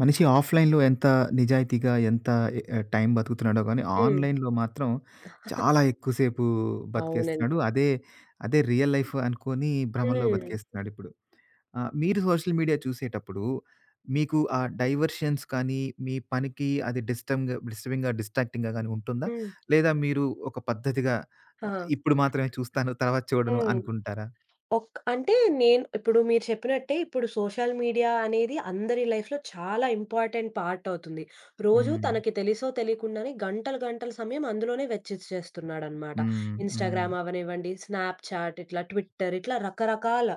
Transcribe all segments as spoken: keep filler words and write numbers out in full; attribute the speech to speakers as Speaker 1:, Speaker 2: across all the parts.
Speaker 1: మనిషి ఆఫ్‌లైన్‌లో ఎంత నిజాయితీగా, ఎంత ఎ ఆహ్, టైం బతుకుతున్నాడో గానీ,
Speaker 2: హ్మ్.
Speaker 1: ఆన్‌లైన్‌లో మాత్రం చాలా ఎక్కువ సేపు
Speaker 2: అవునండి.
Speaker 1: బతికేస్తున్నాడు. అదే, అదే రియల్ లైఫ్ అనుకోని భ్రమల్లో
Speaker 2: హ్మ్.
Speaker 1: బతికేస్తున్నాడిప్పుడు. ఆహ్, మీరు సోషల్ మీడియా చూసేటప్పుడు మీకు ఆ డైవర్షన్స్ కానీ, మీ పనికి అది డిస్టంగ్ డిస్టర్బింగ్‌గా, డిస్ట్రాక్టింగ్‌గా గానీ ఉంటుందా?
Speaker 2: హ్మ్.
Speaker 1: లేదా మీరు ఒక పద్ధతిగా
Speaker 2: ఆ!
Speaker 1: ఆహ్, ఇప్పుడు మాత్రమే చూస్తాను, తర్వాత చూడను
Speaker 2: హ్మ్.
Speaker 1: అనుకుంటారా?
Speaker 2: ఒక్ అంటే నేను ఇప్పుడు మీరు చెప్పినట్టే ఇప్పుడు సోషల్ మీడియా అనేది అందరి లైఫ్‌లో చాలా ఇంపార్టెంట్ పార్ట్ అవుతుంది. రోజు
Speaker 1: హ్మ్.
Speaker 2: తనకి తెలిసో తెలియకుండానే గంటలు గంటల సమయం అందులోనే వెచ్చిచ్చేస్తున్నాడనమాట.
Speaker 1: హ్మ్. హ్మ్.
Speaker 2: ఇన్‌స్టాగ్రామ్ అవ్వనివ్వండి, స్నాప్‌చాట్ ఇట్లా ట్విట్టర్ ఇట్లా రకరకాల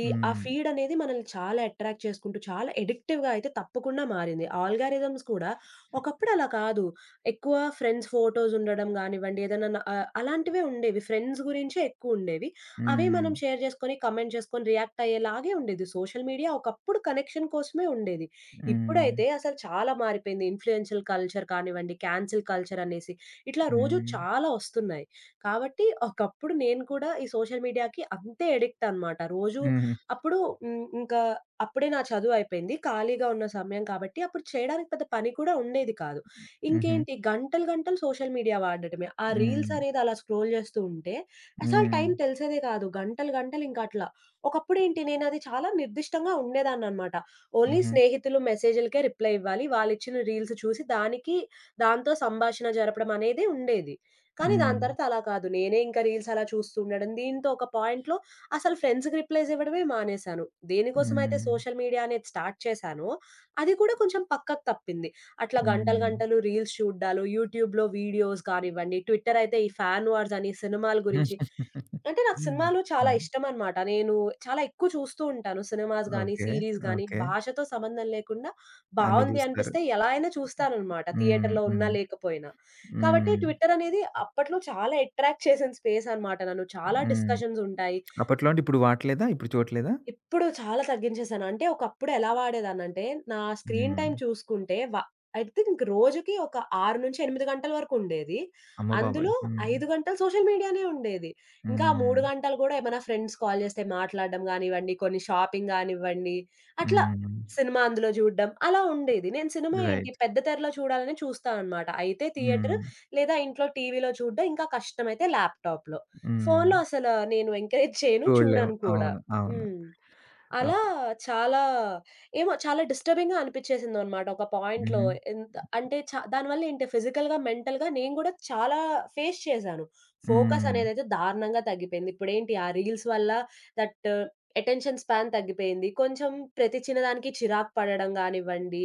Speaker 2: ఈ ఆ
Speaker 1: హ్మ్.
Speaker 2: ఫీడ్ అనేది మనల్ని చాలా అట్రాక్ట్ చేసుకుంటూ చాలా అడిక్టివ్‌గా అయితే తప్పకుండా మారింది. ఆల్గారిథమ్స్ కూడా ఒకప్పుడు అలా కాదు. ఎక్కువ ఫ్రెండ్స్ ఫోటోస్ ఉండడం గానివ్వండి, ఏదైనా న ఆహ్, అలాంటివే ఉండేవి. ఫ్రెండ్స్ గురించే ఎక్కువుండేవి. అవే
Speaker 1: హ్మ్.
Speaker 2: మనం షేర్ చేసుకొని, కమెంట్ చేసుకొని, రియాక్ట్ అయ్యేలాగే ఉండేది. సోషల్ మీడియా ఒకప్పుడు కనెక్షన్ కోసమే ఉండేది.
Speaker 1: హ్మ్.
Speaker 2: ఇప్పుడైతే అసలు చాలా మారిపోయింది. ఇన్‌ఫ్లుయెన్షియల్ కల్చర్ కానివ్వండి, క్యాన్సెల్ కల్చర్ అనేసి ఇట్లా రోజు
Speaker 1: హ్మ్.
Speaker 2: చాలా వస్తున్నాయి. కాబట్టి ఒకప్పుడు నేను కూడా ఈ సోషల్ మీడియాకి అంతే అడిక్ట్ అనమాట. రోజు
Speaker 1: హుహు.
Speaker 2: అప్పుడు హ్మ్, ఇంకా అప్పుడే నా చదువు అయిపోయింది. ఖాళీగా ఉన్న సమయం కాబట్టి అప్పుడు చేయడానికి పెద్ద పని కూడా ఉండేది కాదు.
Speaker 1: హుహు.
Speaker 2: ఇంకేంటి గంటలు గంటలు సోషల్ మీడియా వాడటమే. ఆ రీల్స్
Speaker 1: హ్మ్.
Speaker 2: అనేది అలా స్క్రోల్ చేస్తూ ఉంటే అసలు
Speaker 1: హ్మ్.
Speaker 2: టైం తెలిసేదే కాదు. గంటలు గంటలు ఇంకట్లా. ఒకప్పుడేంటి నేనది చాలా నిర్దిష్టంగా ఉండేదాన్ననమాట. ఓన్లీ
Speaker 1: హుహు.
Speaker 2: స్నేహితులు మెసేజ్‌లకే రిప్లై ఇవ్వాలి. వాళ్ళిచ్చిన రీల్స్ చూసి దానికి దాంతో సంభాషణ జరపడం అనేది ఉండేది. కానీ దాని
Speaker 1: హ్మ్.
Speaker 2: తర్వాత అలా కాదు. నేనే ఇంకా రీల్స్ అలా చూస్తూ ఉండడం. దీంతో ఒక పాయింట్‌లో అసలు ఫ్రెండ్స్‌కి రిప్లైస్ ఇవ్వడమే మానేశాను. దేనికోసమైతే
Speaker 1: హ్మ్.
Speaker 2: సోషల్ మీడియా అనేది స్టార్ట్ చేశానో, అది కూడా కొంచెం పక్కకు తప్పింది. అట్లా గంటలు
Speaker 1: హ్మ్.
Speaker 2: గంటలు రీల్స్ చూడ్డాలు, యూట్యూబ్‌లో వీడియోస్ కానివ్వండి, ట్విట్టర్ అయితే ఈ ఫ్యాన్ వార్స్ అని సినిమాల గురించి. అంటే నాకు
Speaker 1: హ్మ్.
Speaker 2: సినిమాలు చాలా ఇష్టమనమాట. నేను చాలా ఎక్కువ చూస్తూ ఉంటాను. సినిమాస్ గాని,
Speaker 1: ఓకే.
Speaker 2: సీరీస్ గాని
Speaker 1: ఓకే.
Speaker 2: భాషతో సంబంధం లేకుండా
Speaker 1: అన్నీ
Speaker 2: బావుంది
Speaker 1: జూస్తారు.
Speaker 2: అనిపిస్తే ఎలా అయినా చూస్తాననమాట.
Speaker 1: హ్మ్.
Speaker 2: థియేటర్‌లో ఉన్నా
Speaker 1: హ్మ్.
Speaker 2: లేకపోయినా. కాబట్టి
Speaker 1: హ్మ్.
Speaker 2: ట్విట్టర్ అనేది అప్పట్లో చాలా అట్రాక్ట్ చేసిన స్పేస్ అనమాట. నన్ను చాలా
Speaker 1: హ్మ్.
Speaker 2: డిస్కషన్స్ ఉంటాయి.
Speaker 1: అప్పట్లో అంటే ఇప్పుడు వాడట్లేదా? ఇప్పుడు చూడట్లేదా?
Speaker 2: ఇప్పుడు చాలా తగ్గించేశాను. అంటే ఒకప్పుడు ఎలా వాడేదాన్నంటే, నా స్క్రీన్
Speaker 1: హ్మ్.
Speaker 2: టైమ్ చూసుకుంటే వ ఐ థింక్ రోజుకి ఒక ఆరు నుంచి ఎనిమిది గంటల వరకు ఉండేది.
Speaker 1: అమ్మ బాబోయ్!
Speaker 2: అందులో
Speaker 1: హ్మ్.
Speaker 2: ఐదు గంటలు సోషల్ మీడియానే ఉండేది. ఇంకా
Speaker 1: హ్మ్.
Speaker 2: మూడు గంటలు గూడా ఏమైనా ఫ్రెండ్స్ కాల్ చేస్తే మాట్లాడడం గానివ్వండి, కొన్ని షాపింగ్ గానివ్వండి, అట్లా
Speaker 1: హ్మ్.
Speaker 2: సినిమా అందులో చూడడం అలా ఉండేది. నేను సినిమా ఏంటి
Speaker 1: రైట్.
Speaker 2: పెద్ద తెరలో చూడాలని చూస్తా అనమాట. అయితే థియేటర్
Speaker 1: హ్మ్.
Speaker 2: లేదా ఇంట్లో టీవీలో చూడడం, ఇంకా కష్టమైతే ల్యాప్‌టాప్‌లో.
Speaker 1: హ్మ్.
Speaker 2: ఫోన్‌లో అసల నేను ఎంకరేజ్ చేయను,
Speaker 1: చూడలేము.
Speaker 2: చూడను కూడా.
Speaker 1: అవును. అవును.
Speaker 2: హ్మ్. అలా
Speaker 1: ఓకే.
Speaker 2: చాలా ఏమో చాలా డిస్టర్బింగ్‌గా అనిపిచ్చేసిందనమాట ఒక పాయింట్‌లో.
Speaker 1: హుహు.
Speaker 2: ఎంత అంటే చ దానివల్ల ఏంటి ఫిజికల్‌గా, మెంటల్‌గా నేను గూడా చాలా ఫేస్ చేశాను. ఫోకస్
Speaker 1: హ్మ్.
Speaker 2: అనేదైతే దారుణంగా తగ్గిపోయింది. ఇప్పుడేంటి ఆ రీల్స్ వల్ల దట్ అటెన్షన్ స్పాన్ తగ్గిపోయింది. కొంచెం ప్రతి చిన్నదానికి చిరాకు పడడం గానివ్వండి,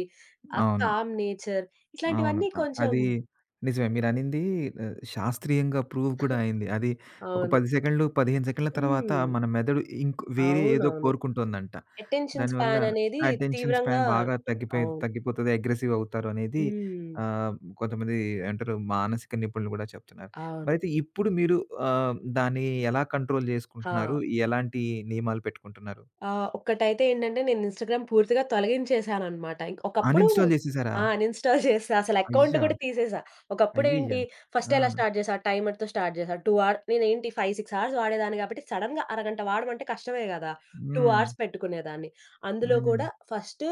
Speaker 2: ఆ
Speaker 1: అవును.
Speaker 2: కామ్ నేచర్
Speaker 1: అవును.
Speaker 2: ఇట్లాంటివన్నీ
Speaker 1: అ
Speaker 2: కొంచెం.
Speaker 1: అది నిజమే. మీరనింది ఆహ్, శాస్త్రీయంగా ప్రూవ్ కూడా అయింది. అది ఒక
Speaker 2: అవును.
Speaker 1: పది సెకండ్లు, పదిహేను సెకండ్ల తర్వాత
Speaker 2: హ్మ్.
Speaker 1: మన మెదడు ఇంక్ వేరే ఏదో
Speaker 2: అవునవును.
Speaker 1: కోరుకుంటోందంట.
Speaker 2: అటెన్షన్
Speaker 1: దానివల్ల
Speaker 2: స్పాన్ అనేది
Speaker 1: అటెన్షన్ స్పాన్
Speaker 2: తీవ్రంగా.
Speaker 1: బాగా తగ్గిపోయి
Speaker 2: అవును.
Speaker 1: తగ్గిపోతది. అగ్రెసివ్ అవుతారు అనేది
Speaker 2: హ్మ్.
Speaker 1: ఆహ్, కొంతమంది ఏమంటారు మానసిక నిపుణులు కూడా చెప్తున్నారు.
Speaker 2: అవును.
Speaker 1: మరైతే ఇప్పుడు మీరు ఆహ్, దాన్ని ఎలా కంట్రోల్
Speaker 2: ఆ!
Speaker 1: చేసుకుంటున్నారు? ఎలాంటి నియమాలు పెట్టుకుంటున్నారు?
Speaker 2: ఆ! ఒక్కటైతే ఏంటంటే నేను ఇన్‌స్టాగ్రామ్ పూర్తిగా తొలగించేశాననమాట. ఇంక ఒకప్పుడు.
Speaker 1: అన్‌ఇన్‌స్టాల్ చేసేసారా?
Speaker 2: ఆ! అన్‌ఇన్‌స్టాల్ చేసా. అసలు అకౌంట్
Speaker 1: అయ్యా!
Speaker 2: కూడా తీసేసా.
Speaker 1: అయ్యయ్య!
Speaker 2: ఒకప్పుడేంటి ఫస్ట్
Speaker 1: ఆ!
Speaker 2: ఎలా స్టార్ట్ చేశా, టైమర్‌తో స్టార్ట్ చేశా. రెండు అవర్ నేనేంటి ఐదు, ఆరు అవర్స్ వాడేదాన్ని కాబట్టి సడెన్‌గా అరగంట వాడమంటే కష్టమే కదా! రెండు
Speaker 1: హ్మ్.
Speaker 2: అవర్స్ పెట్టుకునేదాన్ని. అందులో
Speaker 1: హ్మ్.
Speaker 2: కూడా ఫస్ట్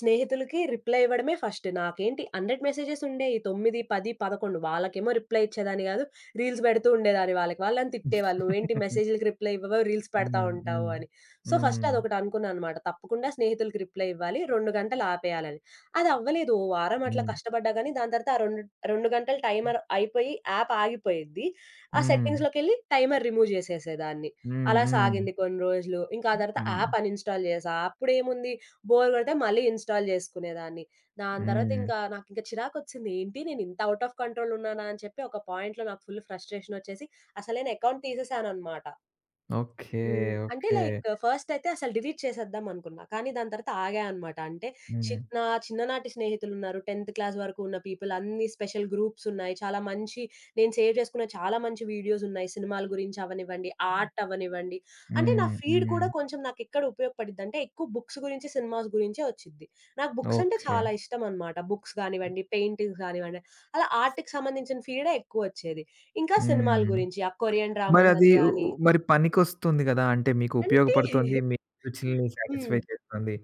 Speaker 2: స్నేహితులకి రిప్లై ఇవ్వడమే ఫస్ట్. నాకేంటి వంద మెసేజెస్ ఉండేయి. తొమ్మిది, పది, పదకొండు వాళ్ళకేమో రిప్లై ఇచ్చేదాన్ని కాదు. రీల్స్ పెడుతూ ఉండేదాన్ని వాళ్ళకి. వాళ్ళు నన్ను తిట్టేవాళ్ళు. "నువ్వేంటి
Speaker 1: హ్మ్.
Speaker 2: మెసేజ్‌లకి రిప్లై ఇవ్వవు, రీల్స్ పెడతా
Speaker 1: హ్మ్.
Speaker 2: ఉంటావు" అని. సో, ఫస్ట్
Speaker 1: హ్మ్.
Speaker 2: అదొకటి అనుకున్నాననమాట. తప్పకుండా స్నేహితులకి రిప్లై ఇవ్వాలి. రెండు గంటలు ఆపేయాలని. అది అవ్వలేదు. ఓ వారం అట్లా
Speaker 1: హ్మ్.
Speaker 2: కష్టపడ్డా గానీ, దాని తర్వాత ఆ 2, 2 గంటల టైమర్ అయిపోయి యాప్ ఆగిపోయిద్ది. ఆ
Speaker 1: హ్మ్.
Speaker 2: సెట్టింగ్స్‌లోకెళ్ళి టైమర్ రిమూవ్ చేసేసేదాన్ని.
Speaker 1: హ్మ్.
Speaker 2: అలా
Speaker 1: హ్మ్.
Speaker 2: సాగింది కొన్ని రోజులు. ఇంకా ఆ తర్వాత
Speaker 1: హ్మ్.
Speaker 2: యాప్ అన్‌ఇన్‌స్టాల్ చేశా. అప్పుడేముంది బోర్ కొడితే మళ్ళీ ఇన్‌స్టాల్ చేసుకునేదాన్ని. దాని తర్వాత
Speaker 1: హ్మ్.
Speaker 2: ఇంకా నాకింక చిరాకొచ్చింది. ఏంటి నేను ఇంత ఔట్ ఆఫ్ కంట్రోల్ ఉన్నానా అని చెప్పి ఒక పాయింట్‌లో నాకు ఫుల్ ఫ్రస్ట్రేషన్ వచ్చేసి అసలు నేను అకౌంట్ తీసేసాననమాట.
Speaker 1: ఓకే.
Speaker 2: హ్మ్. అంటే
Speaker 1: ఓకే.
Speaker 2: లైక్ ఫస్ట్ అయితే అసలు డిలీట్ చేసేద్దాం అనుకున్నా. కానీ దాని తర్వాత ఆగా అనమాట. అంటే చి
Speaker 1: హ్మ్.
Speaker 2: నా చిన్ననాటి స్నేహితులున్నారు. 10థ్ క్లాస్ వరకు ఉన్న పీపుల్ అన్ని స్పెషల్ గ్రూప్స్ ఉన్నాయి. చాలా మంచి నేను సేవ్ చేసుకున్న చాలా మంచి వీడియోస్ ఉన్నాయి. సినిమాల గురించి అవ్వనివ్వండి, ఆర్ట్ అవ్వనివ్వండి. అంటే నా
Speaker 1: హ్మ్.
Speaker 2: ఫీడ్
Speaker 1: హ్మ్.
Speaker 2: కూడా కొంచెం నాకెక్కడ ఉపయోగపడిద్దంటే ఎక్కువ బుక్స్ గురించి, సినిమాస్ గురించే వచ్చిద్ది. నాకు బుక్స్ అంటే
Speaker 1: ఓకే.
Speaker 2: చాలా ఇష్టం అనమాట. బుక్స్ గానివ్వండి, పెయింటింగ్స్ గానివ్వండి, అలా ఆర్ట్‌కి సంబంధించిన ఫీడే ఎక్కువ వచ్చేది. ఇంకా సినిమాల
Speaker 1: హ్మ్.
Speaker 2: గురించి ఆ కొరియన్ డ్రామాస్
Speaker 1: మరది
Speaker 2: అని
Speaker 1: ఉ ఉ
Speaker 2: గాని.
Speaker 1: మరి పనికొస్తుంది గదా! అంటే మీకు
Speaker 2: అంటే
Speaker 1: ఉపయోగపడుతుంది. మీ రుచుల్ని
Speaker 2: హ్మ్.
Speaker 1: సాటిస్ఫై చేస్తుంది.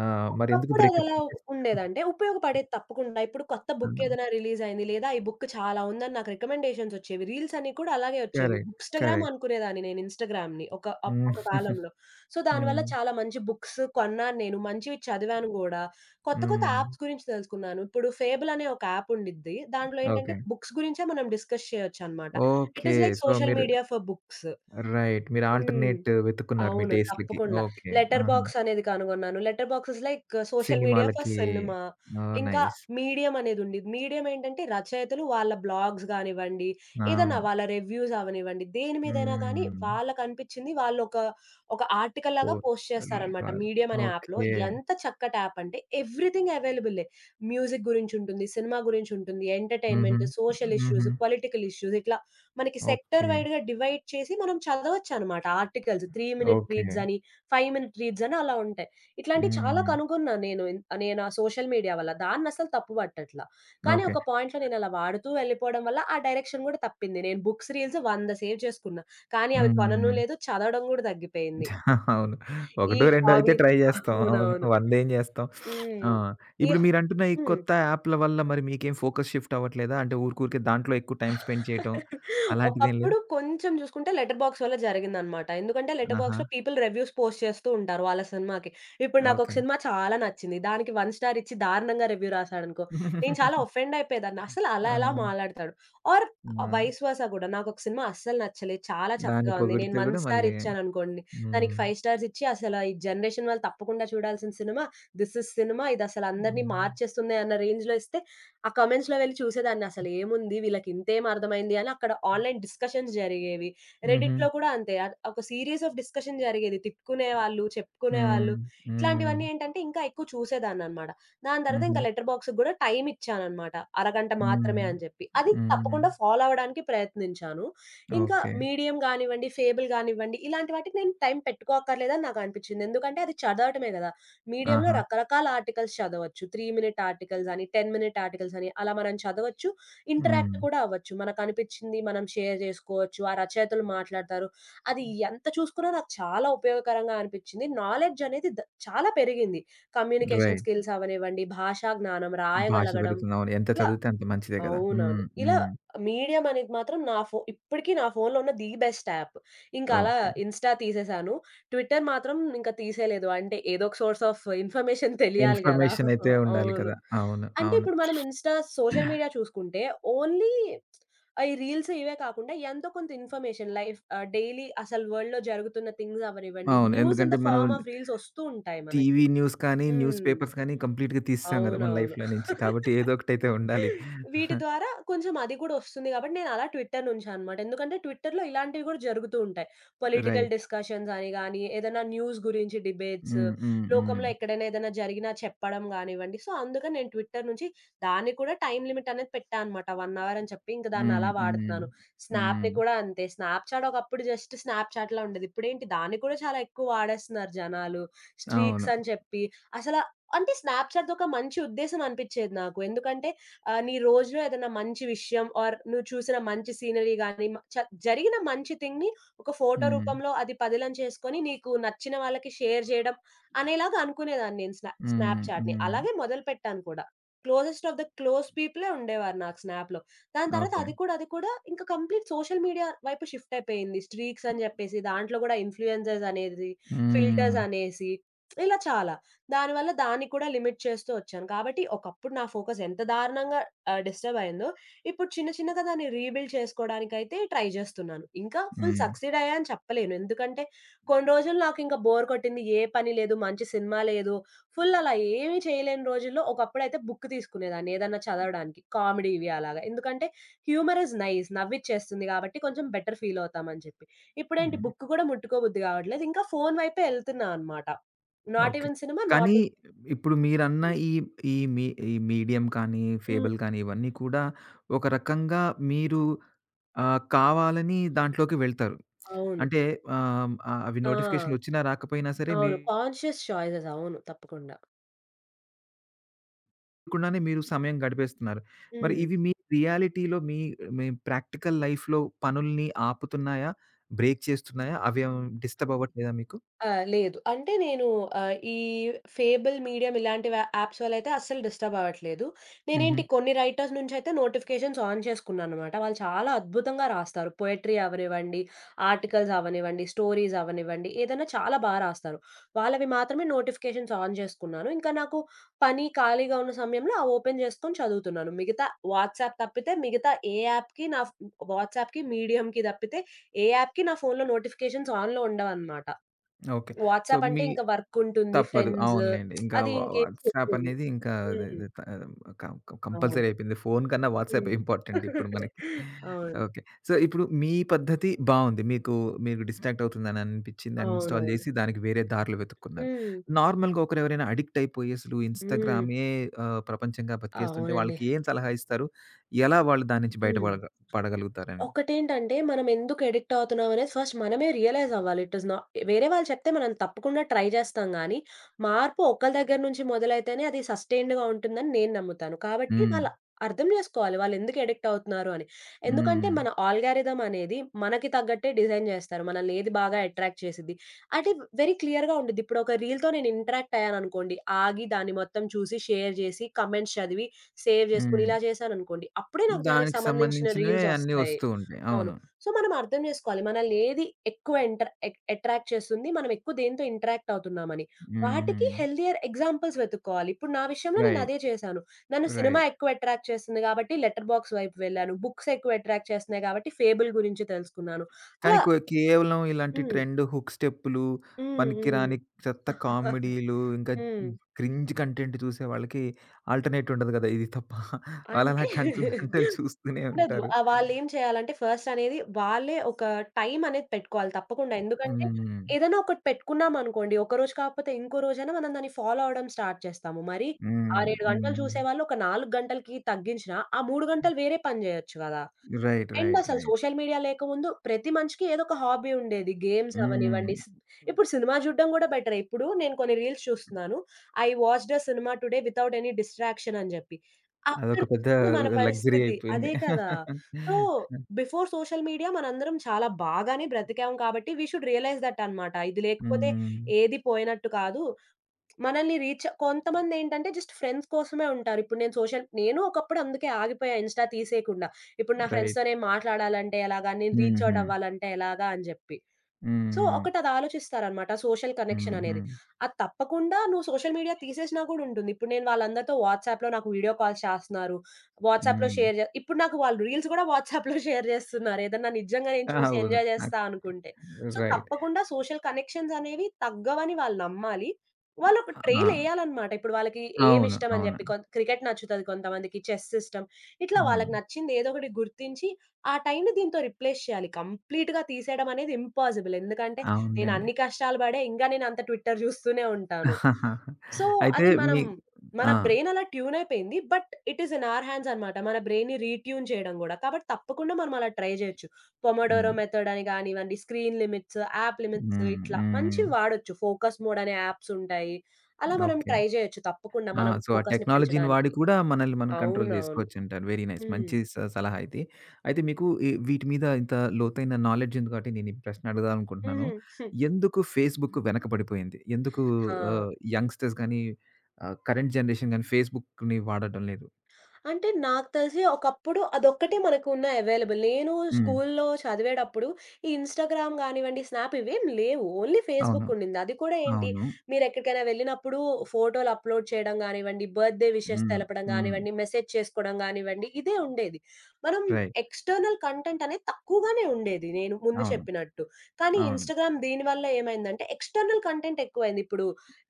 Speaker 1: ఆ! మరెందుకు
Speaker 2: ఒకప్పుడు
Speaker 1: బ్రేకప్
Speaker 2: అదెలా
Speaker 1: చేసేసారు?
Speaker 2: ఉండేదంటే ఉపయోగపడేది తప్పకుండా. ఇప్పుడు కొత్త బుక్
Speaker 1: హ్మ్.
Speaker 2: ఏదైనా రిలీజ్ అయింది లేదా ఈ బుక్ చాలా ఉందని నాకు రికమెండేషన్స్ వచ్చేవి. రీల్స్ అన్ని కూడా అలాగే వచ్చేవి.
Speaker 1: కరెక్ట్.
Speaker 2: Bookstagram
Speaker 1: correct.
Speaker 2: అనుకునేదాన్ని నేను ఇన్‌స్టాగ్రామ్‌ని ఒక అప్ ఒక
Speaker 1: హ్మ్.
Speaker 2: కాలంలో. సో, దానివల్ల
Speaker 1: హ్మ్.
Speaker 2: చాలా మంచి బుక్స్ కొన్నాను నేను. మంచివి చదివాను గూడా. కొత్త కొత్త
Speaker 1: హ్మ్.
Speaker 2: యాప్స్ గురించి తెలుసుకున్నాను. ఇప్పుడు ఫేబుల్ అనే ఒక యాప్ ఉండిద్ది. దాంట్లో ఏంటంటే
Speaker 1: ఓకే.
Speaker 2: బుక్స్ గురించే మనం డిస్కస్ చేయొచ్చనమాట. It
Speaker 1: okay.
Speaker 2: Is like
Speaker 1: so,
Speaker 2: social
Speaker 1: మీరు
Speaker 2: మీడియా ఫర్ బుక్స్.
Speaker 1: రైట్. మీరు
Speaker 2: హ్మ్.
Speaker 1: ఆల్టర్‌నేట్ వెతుకున్నారు మీ
Speaker 2: అవును.
Speaker 1: టేస్ట్‌లకి.
Speaker 2: తప్పకుండా.
Speaker 1: ఓకే.
Speaker 2: లెటర్
Speaker 1: ఆహా!
Speaker 2: బాక్స్ అనేది కనుగొన్నాను. Letter box is like social media for
Speaker 1: సినిమాలకి.
Speaker 2: సినిమా.
Speaker 1: ఓహ్!
Speaker 2: ఇంకా
Speaker 1: నైస్.
Speaker 2: మీడియం అనేదుండిద్ది. మీడియం ఏంటంటే రచయితలు వాళ్ళ బ్లాగ్స్ గానివ్వండి, ఏదన్నా
Speaker 1: అవును.
Speaker 2: వాళ్ళ రివ్యూస్ అవ్వనివ్వండి, దేని మీదైనా కానీ
Speaker 1: హ్మ్.
Speaker 2: వాళ్ళకనిపించింది వాళ్ళొక ఒక ఒక ఆర్టికల్ లాగా
Speaker 1: ఓహ్!
Speaker 2: పోస్ట్ చేస్తారనమాట
Speaker 1: రాదు.
Speaker 2: మీడియం అనే యాప్‌లో.
Speaker 1: ఓకే.
Speaker 2: ఎంత చక్కటి యాప్ అంటే ఎవ్రీథింగ్ అవైలబులే. మ్యూజిక్ గురించుంటుంది, సినిమా గురించుంటుంది,
Speaker 1: హుహు.
Speaker 2: ఎంటర్‌టైన్‌మెంట్, సోషల్ ఇష్యూస్,
Speaker 1: హుహు.
Speaker 2: పొలిటికల్ ఇష్యూస్ ఇట్లా మనకి సెక్టర్
Speaker 1: ఓకే.
Speaker 2: వైడ్‌గా డివైడ్ చేసి మనం చదవొచ్చనమాట ఆర్టికల్స్. మూడు మినిట్
Speaker 1: ఓకే.
Speaker 2: రీడ్స్ అని, ఐదు మినిట్ రీడ్స్ అని అలా ఉంటాయి. ఇట్లాంటివి చాలా
Speaker 1: హ్మ్.
Speaker 2: కనుగొన్నా నేను. ఇన్ నేను ఆ సోషల్ మీడియా వల్ల. దాన్నసలు తప్పు పట్టట్ల. కానీ
Speaker 1: ఓకే.
Speaker 2: ఒక పాయింట్‌లో నేనలా వాడుతూ వెళ్ళిపోవడం వల్ల ఆ డైరెక్షన్ గూడా తప్పింది. నేను బుక్స్, రీల్స్ వంద సేవ్ చేసుకున్నా. కానీ అవి కొనను
Speaker 1: హ్మ్.
Speaker 2: లేదు, చదవడం గూడా తగ్గిపోయింది.
Speaker 1: అవును.
Speaker 2: ఈ
Speaker 1: ఒకటో, రెండో అయితే
Speaker 2: హాబీ
Speaker 1: ట్రై జేస్తాం. అవును.
Speaker 2: అవునవును.
Speaker 1: వందేం జేస్తాం. ఆ!
Speaker 2: హ్మ్. ఈ
Speaker 1: ఇప్పుడు మీరంటున్న ఈ
Speaker 2: హ్మ్.
Speaker 1: కొత్త యాప్‌ల వల్ల మరి మీకేం ఫోకస్ షిఫ్ట్ అవ్వట్లేదా? అంటే ఊరికూరికే దాంట్లో ఎక్కువ టైమ్ స్పెండ్ చేయటం అలాంటిదేం లేదు?
Speaker 2: ఒకప్పుడు కొంచెం జూసుకుంటే లెటర్ బాక్స్ వల్ల జరిగిందనమాట. ఎందుకంటే లెటర్
Speaker 1: ఆహా!
Speaker 2: బాక్స్‌లో పీపుల్ రివ్యూస్ పోస్ట్ చేస్తూ ఉంటారు వాళ్ళ సినిమాకి. ఇప్పుడు నాకొక
Speaker 1: ఓకే.
Speaker 2: సినిమా చాలా నచ్చింది. దానికి ఒక స్టార్ ఇచ్చి దారుణంగా రివ్యూ రాసాడనుకో, నేను చాలా ఒఫెండ్ అయిపోయేదాన్ని. అసలు అలా ఎలా
Speaker 1: ఆ!
Speaker 2: మాట్లాడతాడు? ఆర్
Speaker 1: ఆ!
Speaker 2: వైస్ వర్సా గూడా. నాకొక సినిమా అస్సలు నచ్చలేదు. చాలా
Speaker 1: దాన్ని
Speaker 2: చెత్తగా ఉంది. నేను
Speaker 1: పొగిడితే
Speaker 2: ఒక
Speaker 1: గూడా
Speaker 2: స్టార్
Speaker 1: మళ్ళీ
Speaker 2: ఇచ్చాననుకోండి. దానికి
Speaker 1: హ్మ్.
Speaker 2: ఐదు స్టార్స్ ఇచ్చి అసల ఈ జనరేషన్ వాళ్ళు తప్పకుండా చూడాల్సిన సినిమా. This is cinema. ఇదసలు అందరిని
Speaker 1: హ్మ్.
Speaker 2: మార్చేస్తుంది అన్న రేంజ్‌లో ఇస్తే ఆ కామెంట్స్‌లో వెళ్లి చూసేదాన్ని అసలేముంది వీళ్ళకింతేం అర్థమైంది అని అక్కడ ఆన్‌లైన్ డిస్కషన్స్ జరిగేవి.
Speaker 1: హుహు.
Speaker 2: రెడిట్‌లో కూడా అంతే. ఆహ్, ఒక సీరీస్ ఆఫ్ డిస్కషన్ జరిగేది. తిట్టుకునేవాళ్ళు,
Speaker 1: హ్మ్.
Speaker 2: చెప్పుకునేవాళ్ళు
Speaker 1: హ్మ్.
Speaker 2: ఇట్లాంటివన్నీ ఏంటంటే ఇంకా ఎక్కువ చూసేదాన్ననమాట. దాని తర్వాత
Speaker 1: హుహు.
Speaker 2: ఇంకా లెటర్ బాక్స్‌కి కూడా టైమ్ ఇచ్చాననమాట. అరగంట మాత్రమే
Speaker 1: హ్మ్.
Speaker 2: అని చెప్పి. అది
Speaker 1: హ్మ్.
Speaker 2: తప్పకుండా ఫాలో అవ్వడానికి ప్రయత్నించాను. ఇంకా
Speaker 1: ఓకే.
Speaker 2: మీడియం గానివ్వండి, ఫేబుల్ గానివ్వండి ఇలాంటి వాటికి నేను టైం పెట్టుకోక్కర్లేదని నాకనిపిచ్చింది. ఎందుకంటే అది చదవటమే గదా! మీడియంలో
Speaker 1: ఆహా!
Speaker 2: రకరకాల ఆర్టికల్స్ చదవచ్చు. మూడు మినిట్ ఆర్టికల్స్ అని, పది మినిట్ ఆర్టికల్స్ అని అలా మనం చదవచ్చు. ఇంటరాక్ట్
Speaker 1: హ్మ్.
Speaker 2: కూడా అవ్వచ్చు. మనకనిపించింది మనం షేర్ జేసుకోవచ్చు. ఆ రచయితలు మాట్లాడతారు. అది ఎంత చూసుకున్నా నాకు చాలా ఉపయోగకరంగా అనిపించింది. నాలెడ్జ్ అనేది ద చాలా పెరిగింది. Communication
Speaker 1: right.
Speaker 2: స్కిల్స్ అవ్వనివ్వండి, భాషా జ్ఞానం,
Speaker 1: భాష
Speaker 2: రాయగలగడం
Speaker 1: పెరుగుతుంది. అవును. ఎంత
Speaker 2: ఇలా.
Speaker 1: చదివితే అంత మంచిదే గదా!
Speaker 2: అవునవును.
Speaker 1: హ్మ్.
Speaker 2: ఇలా
Speaker 1: హ్మ్.
Speaker 2: మీడియం అనేది మాత్రం నా ఫో ఇప్పటికి నా ఫోన్‌లో ఉన్న ది బెస్ట్ యాప్. ఇంక అలా
Speaker 1: ఓకే.
Speaker 2: ఇన్‌స్టా తీసేసాను. ట్విట్టర్ మాత్రం ఇంక తీసేయలేదు. అంటే ఏదో ఒక సోర్స్ ఆఫ్ ఇన్ఫర్మేషన్ తెలియాలి గదా!
Speaker 1: ఇన్ఫర్మేషన్ అయితే ఉండాలి
Speaker 2: అవును.
Speaker 1: కదా! అవును.
Speaker 2: అంటే
Speaker 1: అవును.
Speaker 2: ఇప్పుడు మనం ఇన్‌స్టా సోషల్ మీడియా చూసుకుంటే ఓన్లీ ఈ రీల్స్ ఇవే కాకుండా ఎంతో కొంత ఇన్ఫర్మేషన్ లైఫ్ ఆహ్, డైలీ అసలు వరల్డ్‌లో జరుగుతున్న థింగ్స్ అవ్వనివ్వండి,
Speaker 1: అవును.
Speaker 2: న్యూస్ ఇన్
Speaker 1: ఎందుకంటే
Speaker 2: ద
Speaker 1: మనం
Speaker 2: ఫార్మ్ ఆఫ్ రీల్స్ ఒస్తూ ఉంటాయి మనకి.
Speaker 1: టీవీ న్యూస్ కానీ, న్యూస్
Speaker 2: హ్మ్.
Speaker 1: పేపర్స్ కానీ కంప్లీట్‌గా తీసేసాం గదా! మన
Speaker 2: అవునవును.
Speaker 1: లైఫ్‌లో నుంచి. కాబట్టి ఏదో ఒకటైతే ఉండాలి.
Speaker 2: వీటి ద్వారా కొంచెం అది కూడా ఒస్తుంది గాబట్టి నేనలా ట్విట్టర్ నుంచనమాట. ఎందుకంటే ట్విట్టర్‌లో ఇలాంటివి గూడా జరుగుతూ ఉంటాయి. Political
Speaker 1: right.
Speaker 2: డిస్కషన్స్ అని గానీ, ఏదైనా న్యూస్ గురించి డిబేట్స్,
Speaker 1: హ్మ్. హ్మ్. హ్మ్.
Speaker 2: లోకంలో ఎక్కడైనా ఏదైనా జరిగినా చెప్పడం గానివ్వండి. సో, అందుకని నేను ట్విట్టర్ నుంచి దానికి కూడా టైమ్ లిమిట్ అనేది పెట్టా అనమాట. ఒక అవర్ అని చెప్పి ఇంక
Speaker 1: హ్మ్.
Speaker 2: దాన్నలా
Speaker 1: హ్మ్.
Speaker 2: వాడుతున్నాను. స్నాప్‌ని
Speaker 1: హ్మ్.
Speaker 2: కూడా అంతే. స్నాప్‌చాట్ ఒకప్పుడు జస్ట్ స్నాప్‌చాట్‌లా ఉండేది. ఇప్పుడేంటి దాన్ని కూడా చాలా ఎక్కువ వాడేస్తున్నారు జనాలు.
Speaker 1: అవును.
Speaker 2: స్ట్రీక్స్ అని చెప్పి అసల అంటే స్నాప్‌చాట్ ఒక మంచి ఉద్దేశం అనిపిచ్చేది నాకు. ఎందుకంటే ఆహ్, నీ రోజులో ఏదైనా మంచి విషయం ఆర్ నువ్వు చూసిన మంచి సీనరీ గాని, మ చ జరిగిన మంచి థింగ్‌ని ఒక ఫోటో
Speaker 1: హ్మ్.
Speaker 2: రూపంలో అది పదిలం చేసుకొని నీకు నచ్చిన వాళ్ళకి షేర్ జేయడం అనేలాగా అనుకునేదాన్ని నేను స్నా
Speaker 1: హ్మ్.
Speaker 2: స్నాప్‌చాట్‌ని.
Speaker 1: హ్మ్.
Speaker 2: అలాగే మొదలుపెట్టాను కూడా. క్లోజెస్ట్ ఆఫ్ ద క్లోజ్ పీపులే ఉండేవారు నాకు స్నాప్‌లో. దాని తర్వాత
Speaker 1: ఓకే.
Speaker 2: అది కూడా, అది కూడా ఇంకా కంప్లీట్ సోషల్ మీడియా వైపు షిఫ్ట్ అయిపోయింది. స్ట్రీక్స్ అని జెప్పేసి దాంట్లో గూడా ఇన్‌ఫ్లుయెన్సర్స్ అనేది,
Speaker 1: హ్మ్.
Speaker 2: ఫిల్టర్స్ అనేసి ఇలా చాలా. దానివల్ల దాన్ని కూడా లిమిట్ చేస్తూ వచ్చాను. కాబట్టి ఒకప్పుడు నా ఫోకస్ ఎంత దారుణంగా ఆహ్, డిస్టర్బ్ అయిందో, ఇప్పుడు చిన్న చిన్నగా దాన్ని రీబిల్డ్ చేసుకోవడానికైతే ట్రై చేస్తున్నాను. ఇంకా ఫుల్
Speaker 1: హ్మ్.
Speaker 2: సక్సీడ్ అయ్యా అని చెప్పలేను. ఎందుకంటే కొన్ని రోజులు నాకింక బోర్ కొట్టింది. ఏ పని లేదు, మంచి సినిమా లేదు, ఫుల్ అలా ఏమీ చేయలేని రోజుల్లో ఒకప్పుడైతే బుక్ తీసుకునేదాన్ని ఏదన్నా చదవడానికి. కామెడీవి అలాగా. ఎందుకంటే హ్యూమర్ ఈస్ నైస్ నవ్విచ్చేస్తుంది కాబట్టి కొంచెం బెటర్ ఫీల్ అవుతామని చెప్పి. ఇప్పుడేంటి
Speaker 1: హ్మ్.
Speaker 2: బుక్ కూడా ముట్టుకోబుద్ధి కావట్లేదు. ఇంకా ఫోను వైపే ఎళ్తున్నా అనమాట. Not
Speaker 1: okay.
Speaker 2: ఈవెన్ సినిమా,
Speaker 1: కానీ
Speaker 2: నాట్.
Speaker 1: ఇప్పుడు మీరన్న ఈ ఈ మీ ఈ మీడియం కానీ,
Speaker 2: హ్మ్.
Speaker 1: ఫేబుల్ కానీ ఇవన్నీ కూడా ఒక రకంగా మీరు ఆహ్, కావాలని దాంట్లోకి వెళ్తారు.
Speaker 2: అవును.
Speaker 1: అంటే ఆహ్, అవి
Speaker 2: ఆ!
Speaker 1: నోటిఫికేషన్‌లొచ్చినా రాకపోయినా సరే మీ
Speaker 2: అవును. Conscious choices. అవును. తప్పకుండా.
Speaker 1: కుండానే మీరు సమయం గడిపేస్తున్నారు. మరి
Speaker 2: హ్మ్.
Speaker 1: ఇవి మీ రియాలిటీలో మీ మీ ప్రాక్టికల్ లైఫ్‌లో పనుల్ని ఆపుతున్నాయా? బ్రేక్ చేస్తున్నాయా? అవేం డిస్టర్బ్ అవ్వట్లేదా మీకు?
Speaker 2: ఆ! లేదు. అంటే నేను ఆహ్, ఈ ఫేబుల్, మీడియం ఇలాంటి వ యాప్స్ వల్లయితే అస్సలు డిస్టర్బ్ అవ్వట్లేదు.
Speaker 1: హుహు.
Speaker 2: నేనేంటి కొన్ని రైటర్స్ నుంచయితే నోటిఫికేషన్స్ ఆన్ చేసుకున్నాననమాట. వాళ్ళు చాలా అద్భుతంగా రాస్తారు. పోయెట్రీ అవ్వనివ్వండి, ఆర్టికల్స్ అవ్వనివ్వండి, స్టోరీస్ అవ్వనివ్వండి, ఏదైనా చాలా బా రాస్తారు. వాళ్ళవి మాత్రమే నోటిఫికేషన్స్ ఆన్ చేసుకున్నాను. ఇంకా నాకు పని ఖాళీగా ఉన్న సమయంలో అవి ఓపెన్ చేసుకొని చదువుతున్నాను. మిగతా వాట్సాప్ తప్పితే మిగతా ఏ యాప్‌కి నా ఫ్ వాట్సాప్‌కి, మీడియంకి తప్పితే ఏ యాప్‌కి నా ఫోన్‌లో నోటిఫికేషన్స్ ఆన్‌లో ఉండవనమాట.
Speaker 1: ఓకే. సో,
Speaker 2: వాట్సాప్ అంటే
Speaker 1: మీ
Speaker 2: ఇంక వర్క్ ఉంటుంది.
Speaker 1: తప్పదు.
Speaker 2: ఫ్రెండ్స్
Speaker 1: అవునులెండి. ఇంకా
Speaker 2: అది
Speaker 1: వా
Speaker 2: ఇంకేం
Speaker 1: వాట్సాప్
Speaker 2: చేయలేము.
Speaker 1: అనేది ఇంకా అది
Speaker 2: హ్మ్.
Speaker 1: ఇది త కం కం
Speaker 2: అవును.
Speaker 1: కంపల్సరీ అయిపోయింది. ఫోను కన్నా వాట్సాప్
Speaker 2: హ్మ్.
Speaker 1: ఇంపార్టెంట్ ఇప్పుడు మనకి.
Speaker 2: అవును.
Speaker 1: ఓకే. సో, ఇప్పుడు మీ పద్ధతి బావుంది. మీకు మీకు డిస్ట్రాక్ట్ అవుతుందని అనిపించింది. అన్‌ఇన్‌స్టాల్
Speaker 2: అవునవును.
Speaker 1: చేసి దానికి వేరే దారులు వెతుక్కున్నారు.
Speaker 2: హ్మ్.
Speaker 1: నార్మల్‌గా ఒకరెవరైనా అడిక్ట్ అయిపోయి అసలు
Speaker 2: హ్మ్.
Speaker 1: ఇన్‌స్టాగ్రామే ఆహ్, ప్రపంచంగా బతికేస్తుంటే
Speaker 2: అవునండి.
Speaker 1: వాళ్ళకి ఏం సలహా ఇస్తారు? ఎలా వాళ్ళు దాని నుంచి బయట
Speaker 2: హ్మ్.
Speaker 1: పడగ పడగలుగుతారని?
Speaker 2: ఒకటేంటంటే మనం ఎందుకు అడిక్ట్ అవుతున్నాం అనేది ఫస్ట్ మనమే రియలైజ్ అవ్వాలి. ఇట్ ఈస్ నాట్ వేరే వాళ్ళు చెప్తే మనం తప్పకుండా ట్రై చేస్తాం గానీ, మార్పు ఒకళ్ళ దగ్గర నుంచి మొదలైతేనే అది సస్టెయిన్డ్‌గా ఉంటుందని నేను నమ్ముతాను. కాబట్టి
Speaker 1: హ్మ్.
Speaker 2: వాళ్ళ అర్థం జేసుకోవాలి. వాళ్ళు ఎందుకు అడిక్ట్ అవుతున్నారు అని. ఎందుకంటే
Speaker 1: హ్మ్.
Speaker 2: మన ఆల్గారిథం అనేది మనకి తగ్గట్టే డిజైన్ జేస్తారు. మనల్ని ఏది బాగా అట్రాక్ట్ చేసిద్ది. అది వెరీ క్లియర్‌గా ఉండిద్ది. ఇప్పుడు ఒక రీల్‌తో నేను ఇంటరాక్ట్ అయ్యాననుకోండి, ఆగి దాన్ని మొత్తం చూసి, షేర్ జేసి, కమెంట్స్ చదివి, సేవ్ జేసుకొని
Speaker 1: హ్మ్.
Speaker 2: ఇలా జేశాననుకోండి, అప్పుడే నాకు దానికి
Speaker 1: దానికి
Speaker 2: సంబంధించిన
Speaker 1: సంబంధించినవే
Speaker 2: రీల్స్
Speaker 1: అన్నీ
Speaker 2: ఒస్తాయి.
Speaker 1: వస్తూ ఉంటాయి.
Speaker 2: అవును.
Speaker 1: అవును.
Speaker 2: సో, మనం అర్థం జేసుకోవాలి. మనల్ని ఏది ఎక్కువ ఎంటర్ ఎక్ అట్రాక్ట్ చేస్తుంది. మనం ఎక్కువ దేనితో ఇంటరాక్ట్ అవుతున్నామని. వాటికి
Speaker 1: హ్మ్.
Speaker 2: హెల్తీయర్ ఎగ్జాంపుల్స్ వెతుక్కోవాలి. ఇప్పుడు నా విషయంలో నేను
Speaker 1: రైట్.
Speaker 2: అదే చేశాను. నన్ను సినిమా
Speaker 1: రైట్.
Speaker 2: ఎక్కువ అట్రాక్ట్ చేస్తుంది గాబట్టి, లెటర్ బాక్స్ వైపు వెళ్ళాను. బుక్స్ ఎక్కువ అట్రాక్ట్ చేస్తున్నాయి గాబట్టి, ఫేబుల్ గురించి తెలుసుకున్నాను.
Speaker 1: కానీ
Speaker 2: అలా
Speaker 1: కొ కేవలం ఇలాంటి
Speaker 2: హ్మ్.
Speaker 1: ట్రెండ్ హుక్ స్టెప్పులు,
Speaker 2: హ్మ్. హ్మ్.
Speaker 1: పనికిరాని
Speaker 2: హ్మ్.
Speaker 1: చెత్త కామెడీలు, ఇంకా క్రింజ్ కంటెంట్ చూసే వాళ్ళకి ఆల్టర్‌నేట్ ఉండదు గదా! ఇది తప్ప. వాళ్ళలా
Speaker 2: అంటే
Speaker 1: గంటలు, గంటలు చూస్తూనే
Speaker 2: ఉండదు.
Speaker 1: ఉంటారు.
Speaker 2: ఆహ్, వాళ్ళేం చేయాలంటే ఫస్ట్ అనేది వాళ్ళే ఒక టైం అనేది పెట్టుకోవాలి తప్పకుండా. ఎందుకంటే
Speaker 1: హ్మ్.
Speaker 2: ఏదైనా ఒకటి పెట్టుకున్నామనుకోండి, ఒకరోజు కాకపోతే ఇంకో రోజైనా మనం దాన్ని ఫాలో అవ్వడం స్టార్ట్ చేస్తాము. మరి
Speaker 1: హ్మ్.
Speaker 2: ఆరు, ఏడు గంటలు
Speaker 1: హ్మ్.
Speaker 2: చూసేవాళ్ళు ఒక నాలుగు గంటలకి తగ్గించినా, ఆ మూడు గంటలు వేరే పని జేయొచ్చు గదా!
Speaker 1: రైట్.
Speaker 2: And
Speaker 1: right.
Speaker 2: అసలు
Speaker 1: రైట్.
Speaker 2: సోషల్ మీడియా లేకముందు ప్రతి మనిషికి ఏదో ఒక హాబీ ఉండేది. గేమ్స్
Speaker 1: హ్మ్.
Speaker 2: అవ్వనివ్వండి, స్ ఇప్పుడు సినిమా జూడడం గూడా బెటరే. ఇప్పుడు నేను కొన్ని రీల్స్ చూస్తున్నాను. I watched a cinema today without any distraction అని జెప్పి.
Speaker 1: అదొక పెద్ద
Speaker 2: అక్కడికొచ్చింది మన
Speaker 1: లగ్జరీ
Speaker 2: పరిస్థితి.
Speaker 1: అయిపోయింది.
Speaker 2: అదే కదా! సో, బిఫోర్ సోషల్ మీడియా మనందరం చాలా బాగానే బ్రతికాం కాబట్టి, వి షుడ్ రియలైజ్ దట్ అనమాట. ఇది లేకపోతే
Speaker 1: హ్మ్.
Speaker 2: ఏది పోయినట్టు కాదు. మనల్ని రీచ్ కొంతమందేంటంటే జస్ట్ ఫ్రెండ్స్ కోసమే ఉంటారు. ఇప్పుడు నేను సోషల్ నేను ఒకప్పుడు అందుకే ఆగిపోయా ఇన్‌స్టా తీసేయకుండా. ఇప్పుడు నా ఫ్రెండ్స్‌తో
Speaker 1: రైట్.
Speaker 2: నేను మాట్లాడాలంటే ఎలాగా? నేను రీచ్ ఔట్
Speaker 1: హుహు.
Speaker 2: అవ్వాలంటే ఎలాగా? అని జెప్పి. సో,
Speaker 1: హ్మ్.
Speaker 2: ఒకటది ఆలోచిస్తారనమాట. సోషల్ కనెక్షన్
Speaker 1: హ్మ్.
Speaker 2: అనేది.
Speaker 1: హ్మ్.
Speaker 2: అది తప్పకుండా నువ్వు సోషల్ మీడియా తీసేసినా కూడా ఉంటుంది. ఇప్పుడు నేను వాళ్ళందరితో వాట్సాప్‌లో నాకు వీడియో కాల్స్ చేస్తున్నారు. వాట్సాప్‌లో
Speaker 1: హ్మ్.
Speaker 2: షేర్ జే ఇప్పుడు నాకు వాళ్ళు రీల్స్ కూడా వాట్సాప్‌లో షేర్ జేస్తున్నారు. ఏదన్నా నిజంగా నేను చూసి
Speaker 1: అవును.
Speaker 2: ఎంజాయ్
Speaker 1: అక్
Speaker 2: జేస్తా అనుకుంటే. So,
Speaker 1: right.
Speaker 2: తప్పకుండా సోషల్ కనెక్షన్స్ అనేవి తగ్గవని వాళ్ళు నమ్మాలి. వాళ్ళు ఒక ట్రైల్
Speaker 1: ఆ!
Speaker 2: ఎయాలనమాట. ఇప్పుడు వాళ్ళకి ఏమి
Speaker 1: అవును.
Speaker 2: ఇష్టం అని
Speaker 1: అవును.
Speaker 2: జెప్పి కొం క్రికెట్ నచ్చుతది కొంతమందికి, చెస్ ఇష్టం. ఇట్లా
Speaker 1: హ్మ్.
Speaker 2: వాళ్ళకి నచ్చింది ఏదో ఒకటి గుర్తించి ఆ టైంని దీంతో రిప్లేస్ చేయాలి. కంప్లీట్‌గా తీసేయడం అనేది ఇంపాసిబుల్. ఎందుకంటే నేను
Speaker 1: అవునులెండి.
Speaker 2: అన్ని కష్టాలు పడే ఇంకా నేను అంత ట్విట్టర్ చూస్తూనే ఉంటాను. సో,
Speaker 1: అయితే
Speaker 2: అది మనం
Speaker 1: మీ
Speaker 2: మన
Speaker 1: ఆ!
Speaker 2: బ్రెయిన్ అలా ట్యూన్ అయిపోయింది. But it is in our hands అన్నమాట. మన బ్రెయిన్‌ని రీట్యూన్ చేయడం గూడా. కాబట్టి తప్పకుండా మనం అలా ట్రై చేయొచ్చు. పొమోడోరో
Speaker 1: హ్మ్.
Speaker 2: మెథడ్ అని గానివ్వండి, స్క్రీన్ లిమిట్స్, యాప్ లిమిట్స్
Speaker 1: హ్మ్.
Speaker 2: ఇట్లా
Speaker 1: హ్మ్.
Speaker 2: మంచివి వాడొచ్చు. ఫోకస్ మోడ్ అనే యాప్స్ ఉంటాయి. అలా మనం
Speaker 1: ఓకే.
Speaker 2: ట్రై చేయొచ్చు తప్పకుండా
Speaker 1: ఆ!
Speaker 2: మనం
Speaker 1: సో, ఆ
Speaker 2: ఫోకస్‌ని
Speaker 1: టెక్నాలజీని
Speaker 2: పెంచడానికి.
Speaker 1: వాడి కూడా మనల్ని మనం కంట్రోల్
Speaker 2: అవునవును.
Speaker 1: జేసుకోవచ్చంటారు. Very nice.
Speaker 2: హ్మ్.
Speaker 1: మంచి స సలహా ఇది. అయితే మీకు ఈ వీటి మీద ఇంత లోతైన నాలెడ్జ్ ఉంది కాబట్టి నేను ఈ ప్రశ్న అడుగుదామనుకుంటున్నాను.
Speaker 2: హుహు.
Speaker 1: ఎందుకు ఫేస్‌బుక్ వెనకబడిపోయింది? ఎందుకు
Speaker 2: ఆ!
Speaker 1: ఆహ్, యంగ్‌స్టర్స్ గాని, ఆహ్, కరెంట్ జనరేషన్ గాని ఫేస్‌బుక్‌ని వాడటం లేదు?
Speaker 2: అంటే నాకు తెలిసి ఒకప్పుడు అదొక్కటే మనకున్న అవైలబుల్. నేను
Speaker 1: హ్మ్.
Speaker 2: స్కూలులో చదివేటప్పుడు ఈ ఇన్‌స్టాగ్రామ్ గానివ్వండి, స్నాప్ ఇవేం లేవు. ఓన్లీ
Speaker 1: అవును.
Speaker 2: ఫేస్‌బుక్ ఉండింది. అది కూడా ఏంటి
Speaker 1: అవును.
Speaker 2: మీరెక్కడికైనా వెళ్ళినప్పుడు ఫోటోలు అప్‌లోడ్ చేయడం గానివ్వండి, బర్త్‌డే విషెస్
Speaker 1: హ్మ్.
Speaker 2: తెలపడం
Speaker 1: హ్మ్.
Speaker 2: గానివ్వండి, మెసేజ్ చేసుకోవడం గానివ్వండి, ఇదే ఉండేది. మనం
Speaker 1: రైట్.
Speaker 2: ఎక్స్‌టర్నల్ కంటెంట్ అనేది తక్కువగానే ఉండేది నేను ముందు
Speaker 1: అవును.
Speaker 2: చెప్పినట్టు. కానీ
Speaker 1: అవును.
Speaker 2: ఇన్‌స్టాగ్రామ్ దీనివల్ల ఏమైందంటే ఎక్స్‌టర్నల్ కంటెంట్ ఎక్కువైంది. ఇప్పుడు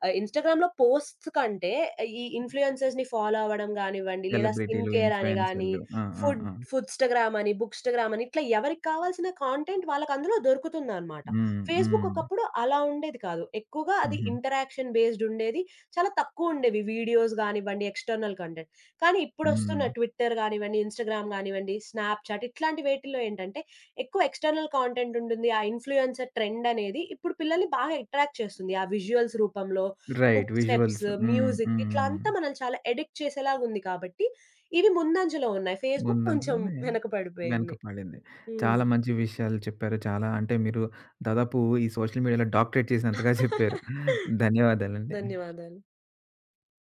Speaker 2: ఆహ్, ఇన్‌స్టాగ్రామ్‌లో పోస్ట్స్ కంటే ఈ ఇన్‌ఫ్లుయెన్సర్స్‌ని ఫాలో అవ్వడం గానివ్వండి, లేదా స్కిన్
Speaker 1: సెలబ్రిటీలు,
Speaker 2: కేర్ అని గాని,
Speaker 1: ఇన్‌ఫ్లుయెన్సర్‌లు. ఆ! ఆ!
Speaker 2: ఫుడ్
Speaker 1: ఆ!
Speaker 2: ఫుడ్‌స్టాగ్రామ్ అని, బుక్‌స్టాగ్రామ్ అని ఇట్లా ఎవరికి కావాల్సిన కాంటెంట్ వాళ్ళకి అందులో దొరుకుతుందనమాట.
Speaker 1: హ్మ్.
Speaker 2: ఫేస్‌బుక్
Speaker 1: హ్మ్.
Speaker 2: ఒకప్పుడు అలా ఉండేది కాదు. ఎక్కువగా అది
Speaker 1: హుహు.
Speaker 2: ఇంటరాక్షన్ బేస్డ్ ఉండేది. చాలా తక్కువ ఉండేవి వీడియోస్ గానివ్వండి, ఎక్స్‌టర్నల్ కంటెంట్. కానీ ఇప్పుడొస్తున్న
Speaker 1: హ్మ్.
Speaker 2: ట్విట్టర్ గానివ్వండి, ఇన్‌స్టాగ్రామ్ గానివ్వండి, స్నాప్‌చాట్ ఇట్లాంటి వేటిల్లో ఏంటంటే ఎక్కువ ఎక్స్‌టర్నల్ కాంటెంట్ ఉంటుంది. ఆ ఇన్‌ఫ్లుయెన్సర్ ట్రెండ్ అనేది ఇప్పుడు పిల్లల్ని బాగా అట్రాక్ట్ చేస్తుంది. ఆ విజువల్స్ రూపంలో,
Speaker 1: రైట్.
Speaker 2: Hook steps,
Speaker 1: visuals. హ్మ్.
Speaker 2: మ్యూజిక్ ఇట్లా
Speaker 1: హ్మ్.
Speaker 2: అంతా మనల్ని చాలా అడిక్ట్ చేసేలాగుంది కాబట్టి, ఇవి ముందంజలో ఉన్నాయి. ఫేస్‌బుక్ కొంచెం
Speaker 1: ముందంజలోనే
Speaker 2: వెనక
Speaker 1: వెనక
Speaker 2: పడిపోయింది.
Speaker 1: పడింది.
Speaker 2: హ్మ్.
Speaker 1: చాలా మంచి విషయాలు చెప్పారు. చాలా అంటే మీరు దాదాపు ఈ సోషల్ మీడియాలో డాక్టరేట్ చేసినంతగా చెప్పారు. ధన్యవాదాలండి.
Speaker 2: ధన్యవాదాలు.